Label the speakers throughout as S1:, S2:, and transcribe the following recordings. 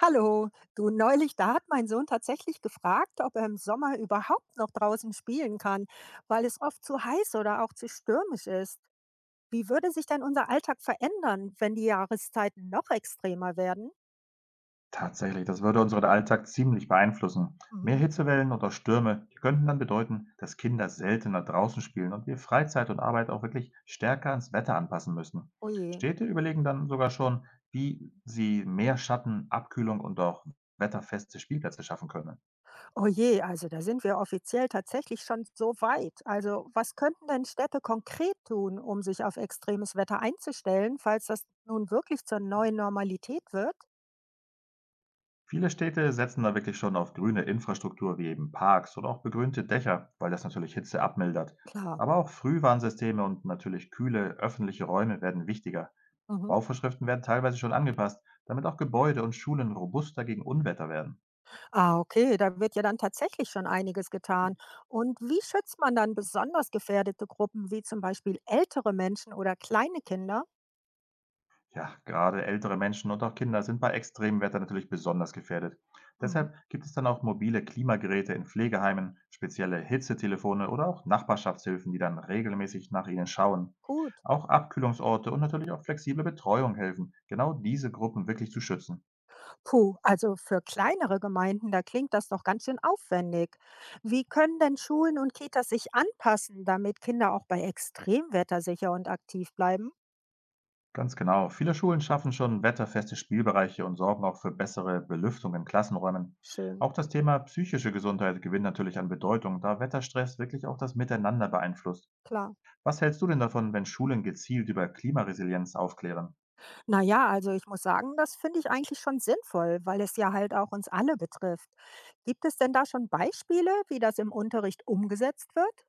S1: Hallo, du neulich, da hat mein Sohn tatsächlich gefragt, ob er im Sommer überhaupt noch draußen spielen kann, weil es oft zu heiß oder auch zu stürmisch ist. Wie würde sich denn unser Alltag verändern, wenn die Jahreszeiten noch extremer werden?
S2: Tatsächlich, das würde unseren Alltag ziemlich beeinflussen. Mehr
S1: Mhm.
S2: Hitzewellen oder Stürme, die könnten dann bedeuten, dass Kinder seltener draußen spielen und wir Freizeit und Arbeit auch wirklich stärker ans Wetter anpassen müssen.
S1: Oh je,
S2: Städte überlegen dann sogar schon, wie sie mehr Schatten, Abkühlung und auch wetterfeste Spielplätze schaffen können.
S1: oh je, also da sind wir offiziell tatsächlich schon so weit. Also was könnten denn Städte konkret tun, um sich auf extremes Wetter einzustellen, falls das nun wirklich zur neuen Normalität wird?
S2: Viele Städte setzen da wirklich schon auf grüne Infrastruktur wie eben Parks oder auch begrünte Dächer, weil das natürlich Hitze abmildert.
S1: Klar.
S2: Aber auch Frühwarnsysteme und natürlich kühle öffentliche Räume werden wichtiger.
S1: Mhm.
S2: Bauvorschriften werden teilweise schon angepasst, damit auch Gebäude und Schulen robuster gegen Unwetter werden.
S1: Ah, okay, da wird ja dann tatsächlich schon einiges getan. Und wie schützt man dann besonders gefährdete Gruppen wie zum Beispiel ältere Menschen oder kleine Kinder?
S2: Ja, gerade ältere Menschen und auch Kinder sind bei Extremwetter natürlich besonders gefährdet.
S1: Mhm.
S2: Deshalb gibt es dann auch mobile Klimageräte in Pflegeheimen, spezielle Hitzetelefone oder auch Nachbarschaftshilfen, die dann regelmäßig nach ihnen schauen.
S1: Gut.
S2: Auch Abkühlungsorte und natürlich auch flexible Betreuung helfen, genau diese Gruppen wirklich zu schützen.
S1: Puh, also für kleinere Gemeinden, da klingt das doch ganz schön aufwendig. Wie können denn Schulen und Kitas sich anpassen, damit Kinder auch bei Extremwetter sicher und aktiv bleiben?
S2: Ganz genau. Viele Schulen schaffen schon wetterfeste Spielbereiche und sorgen auch für bessere Belüftung in Klassenräumen.
S1: Schön,
S2: Auch das Thema psychische Gesundheit gewinnt natürlich an Bedeutung, da Wetterstress wirklich auch das Miteinander beeinflusst.
S1: klar.
S2: Was hältst du denn davon, wenn Schulen gezielt über Klimaresilienz aufklären?
S1: Na ja, also ich muss sagen, das finde ich eigentlich schon sinnvoll, weil es ja halt auch uns alle betrifft. Gibt es denn da schon Beispiele, wie das im Unterricht umgesetzt wird?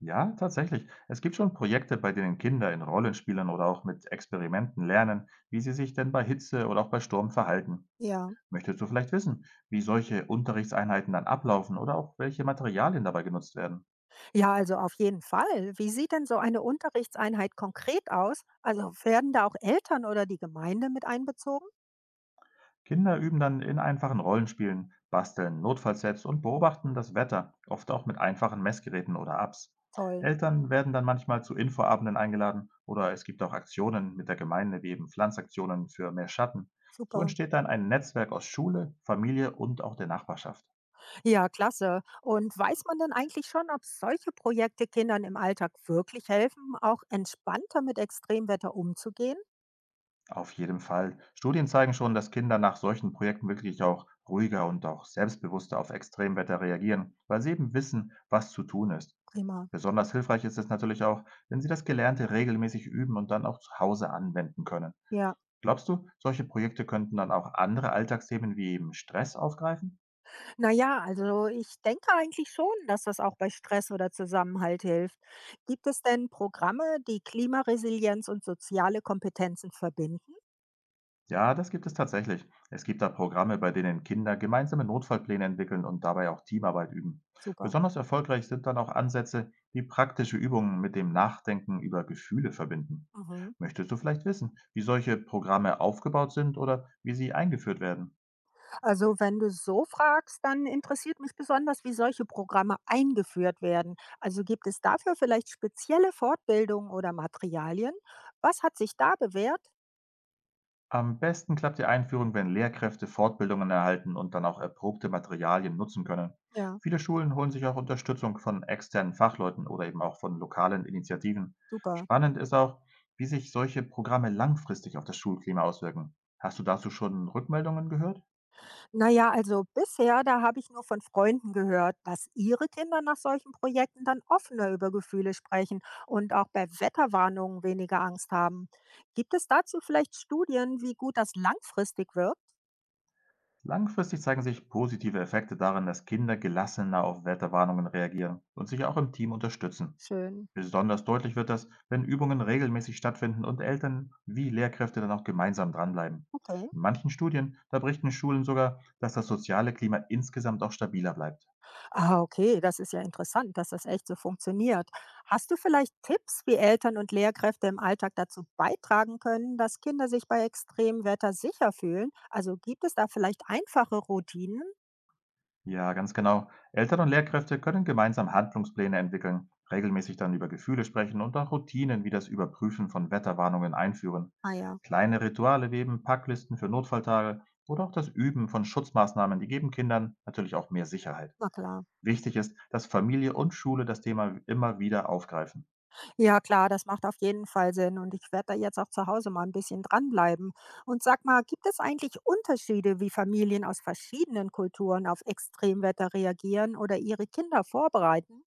S2: Ja, tatsächlich. Es gibt schon Projekte, bei denen Kinder in Rollenspielen oder auch mit Experimenten lernen, wie sie sich denn bei Hitze oder auch bei Sturm verhalten.
S1: Ja,
S2: Möchtest du vielleicht wissen, wie solche Unterrichtseinheiten dann ablaufen oder auch welche Materialien dabei genutzt werden?
S1: ja, also auf jeden Fall. Wie sieht denn so eine Unterrichtseinheit konkret aus? Also werden da auch Eltern oder die Gemeinde mit einbezogen?
S2: Kinder üben dann in einfachen Rollenspielen, basteln, notfalls selbst und beobachten das Wetter, oft auch mit einfachen Messgeräten oder Apps.
S1: Toll,
S2: Eltern werden dann manchmal zu Infoabenden eingeladen oder es gibt auch Aktionen mit der Gemeinde, wie eben Pflanzaktionen für mehr Schatten. So
S1: super.
S2: entsteht dann ein Netzwerk aus Schule, Familie und auch der Nachbarschaft.
S1: Ja, klasse. Und weiß man denn eigentlich schon, ob solche Projekte Kindern im Alltag wirklich helfen, auch entspannter mit Extremwetter umzugehen?
S2: Auf jeden Fall. Studien zeigen schon, dass Kinder nach solchen Projekten wirklich auch ruhiger und auch selbstbewusster auf Extremwetter reagieren, weil sie eben wissen, was zu tun ist.
S1: Prima.
S2: Besonders hilfreich ist es natürlich auch, wenn Sie das Gelernte regelmäßig üben und dann auch zu Hause anwenden können.
S1: Ja.
S2: Glaubst du, solche Projekte könnten dann auch andere Alltagsthemen wie eben Stress aufgreifen?
S1: Na ja, also ich denke eigentlich schon, dass das auch bei Stress oder Zusammenhalt hilft. Gibt es denn Programme, die Klimaresilienz und soziale Kompetenzen verbinden?
S2: Ja, das gibt es tatsächlich. Es gibt da Programme, bei denen Kinder gemeinsame Notfallpläne entwickeln und dabei auch Teamarbeit üben.
S1: Super.
S2: Besonders erfolgreich sind dann auch Ansätze, die praktische Übungen mit dem Nachdenken über Gefühle verbinden.
S1: Mhm.
S2: Möchtest du vielleicht wissen, wie solche Programme aufgebaut sind oder wie sie eingeführt werden?
S1: Also wenn du so fragst, dann interessiert mich besonders, wie solche Programme eingeführt werden. Also gibt es dafür vielleicht spezielle Fortbildungen oder Materialien? Was hat sich da bewährt?
S2: Am besten klappt die Einführung, wenn Lehrkräfte Fortbildungen erhalten und dann auch erprobte Materialien nutzen können.
S1: Ja,
S2: Viele Schulen holen sich auch Unterstützung von externen Fachleuten oder eben auch von lokalen Initiativen.
S1: super.
S2: Spannend ist auch, wie sich solche Programme langfristig auf das Schulklima auswirken. Hast du dazu schon Rückmeldungen gehört?
S1: Naja, also bisher, da habe ich nur von Freunden gehört, dass ihre Kinder nach solchen Projekten dann offener über Gefühle sprechen und auch bei Wetterwarnungen weniger Angst haben. Gibt es dazu vielleicht Studien, wie gut das langfristig wirkt?
S2: Langfristig zeigen sich positive Effekte darin, dass Kinder gelassener auf Wetterwarnungen reagieren und sich auch im Team unterstützen.
S1: Schön.
S2: Besonders deutlich wird das, wenn Übungen regelmäßig stattfinden und Eltern wie Lehrkräfte dann auch gemeinsam dranbleiben.
S1: Okay.
S2: In manchen Studien, da berichten Schulen sogar, dass das soziale Klima insgesamt auch stabiler bleibt.
S1: Ah, okay, das ist ja interessant, dass das echt so funktioniert. Hast du vielleicht Tipps, wie Eltern und Lehrkräfte im Alltag dazu beitragen können, dass Kinder sich bei extremem Wetter sicher fühlen? Also gibt es da vielleicht einfache Routinen?
S2: Ja, ganz genau. Eltern und Lehrkräfte können gemeinsam Handlungspläne entwickeln, regelmäßig dann über Gefühle sprechen und auch Routinen wie das Überprüfen von Wetterwarnungen einführen.
S1: Ah ja,
S2: Kleine Rituale wie eben Packlisten für Notfalltage oder auch das Üben von Schutzmaßnahmen, die geben Kindern natürlich auch mehr Sicherheit.
S1: na klar.
S2: Wichtig ist, dass Familie und Schule das Thema immer wieder aufgreifen.
S1: Ja, klar, das macht auf jeden Fall Sinn und ich werde da jetzt auch zu Hause mal ein bisschen dranbleiben. Und sag mal, gibt es eigentlich Unterschiede, wie Familien aus verschiedenen Kulturen auf Extremwetter reagieren oder ihre Kinder vorbereiten?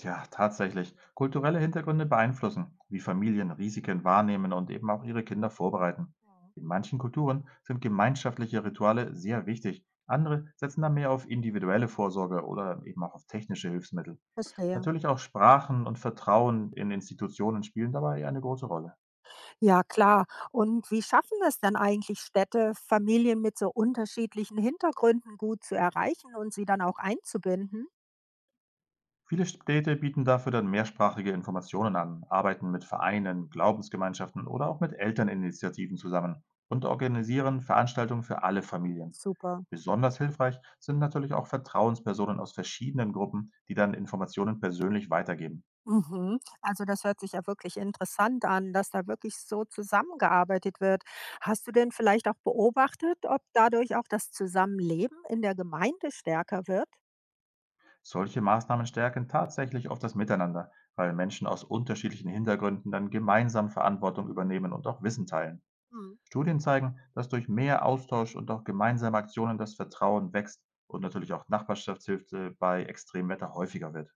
S2: Ja, tatsächlich. Kulturelle Hintergründe beeinflussen, wie Familien Risiken wahrnehmen und eben auch ihre Kinder vorbereiten.
S1: Mhm.
S2: In manchen Kulturen sind gemeinschaftliche Rituale sehr wichtig. Andere setzen da mehr auf individuelle Vorsorge oder eben auch auf technische Hilfsmittel.
S1: Verstehe.
S2: Natürlich auch Sprachen und Vertrauen in Institutionen spielen dabei eine große Rolle.
S1: Ja, klar. Und wie schaffen es denn eigentlich Städte, Familien mit so unterschiedlichen Hintergründen gut zu erreichen und sie dann auch einzubinden?
S2: Viele Städte bieten dafür dann mehrsprachige Informationen an, arbeiten mit Vereinen, Glaubensgemeinschaften oder auch mit Elterninitiativen zusammen und organisieren Veranstaltungen für alle Familien.
S1: Super.
S2: Besonders hilfreich sind natürlich auch Vertrauenspersonen aus verschiedenen Gruppen, die dann Informationen persönlich weitergeben.
S1: Mhm. Also das hört sich ja wirklich interessant an, dass da wirklich so zusammengearbeitet wird. Hast du denn vielleicht auch beobachtet, ob dadurch auch das Zusammenleben in der Gemeinde stärker wird?
S2: Solche Maßnahmen stärken tatsächlich oft das Miteinander, weil Menschen aus unterschiedlichen Hintergründen dann gemeinsam Verantwortung übernehmen und auch Wissen teilen.
S1: Hm.
S2: Studien zeigen, dass durch mehr Austausch und auch gemeinsame Aktionen das Vertrauen wächst und natürlich auch Nachbarschaftshilfe bei Extremwetter häufiger wird.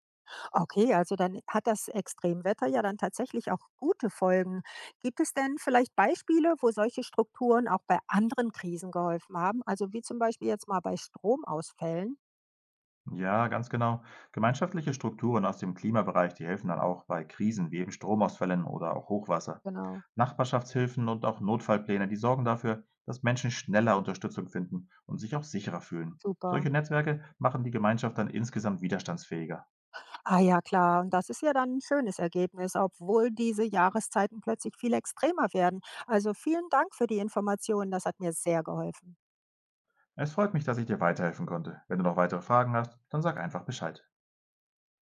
S1: Okay, also dann hat das Extremwetter ja dann tatsächlich auch gute Folgen. Gibt es denn vielleicht Beispiele, wo solche Strukturen auch bei anderen Krisen geholfen haben? Also wie zum Beispiel jetzt mal bei Stromausfällen?
S2: Ja, ganz genau. Gemeinschaftliche Strukturen aus dem Klimabereich, die helfen dann auch bei Krisen wie eben Stromausfällen oder auch Hochwasser.
S1: Genau,
S2: Nachbarschaftshilfen und auch Notfallpläne, die sorgen dafür, dass Menschen schneller Unterstützung finden und sich auch sicherer fühlen.
S1: super.
S2: Solche Netzwerke machen die Gemeinschaft dann insgesamt widerstandsfähiger.
S1: Ah ja, klar. Und das ist ja dann ein schönes Ergebnis, obwohl diese Jahreszeiten plötzlich viel extremer werden. Also vielen Dank für die Informationen. Das hat mir sehr geholfen.
S2: Es freut mich, dass ich dir weiterhelfen konnte. Wenn du noch weitere Fragen hast, dann sag einfach Bescheid.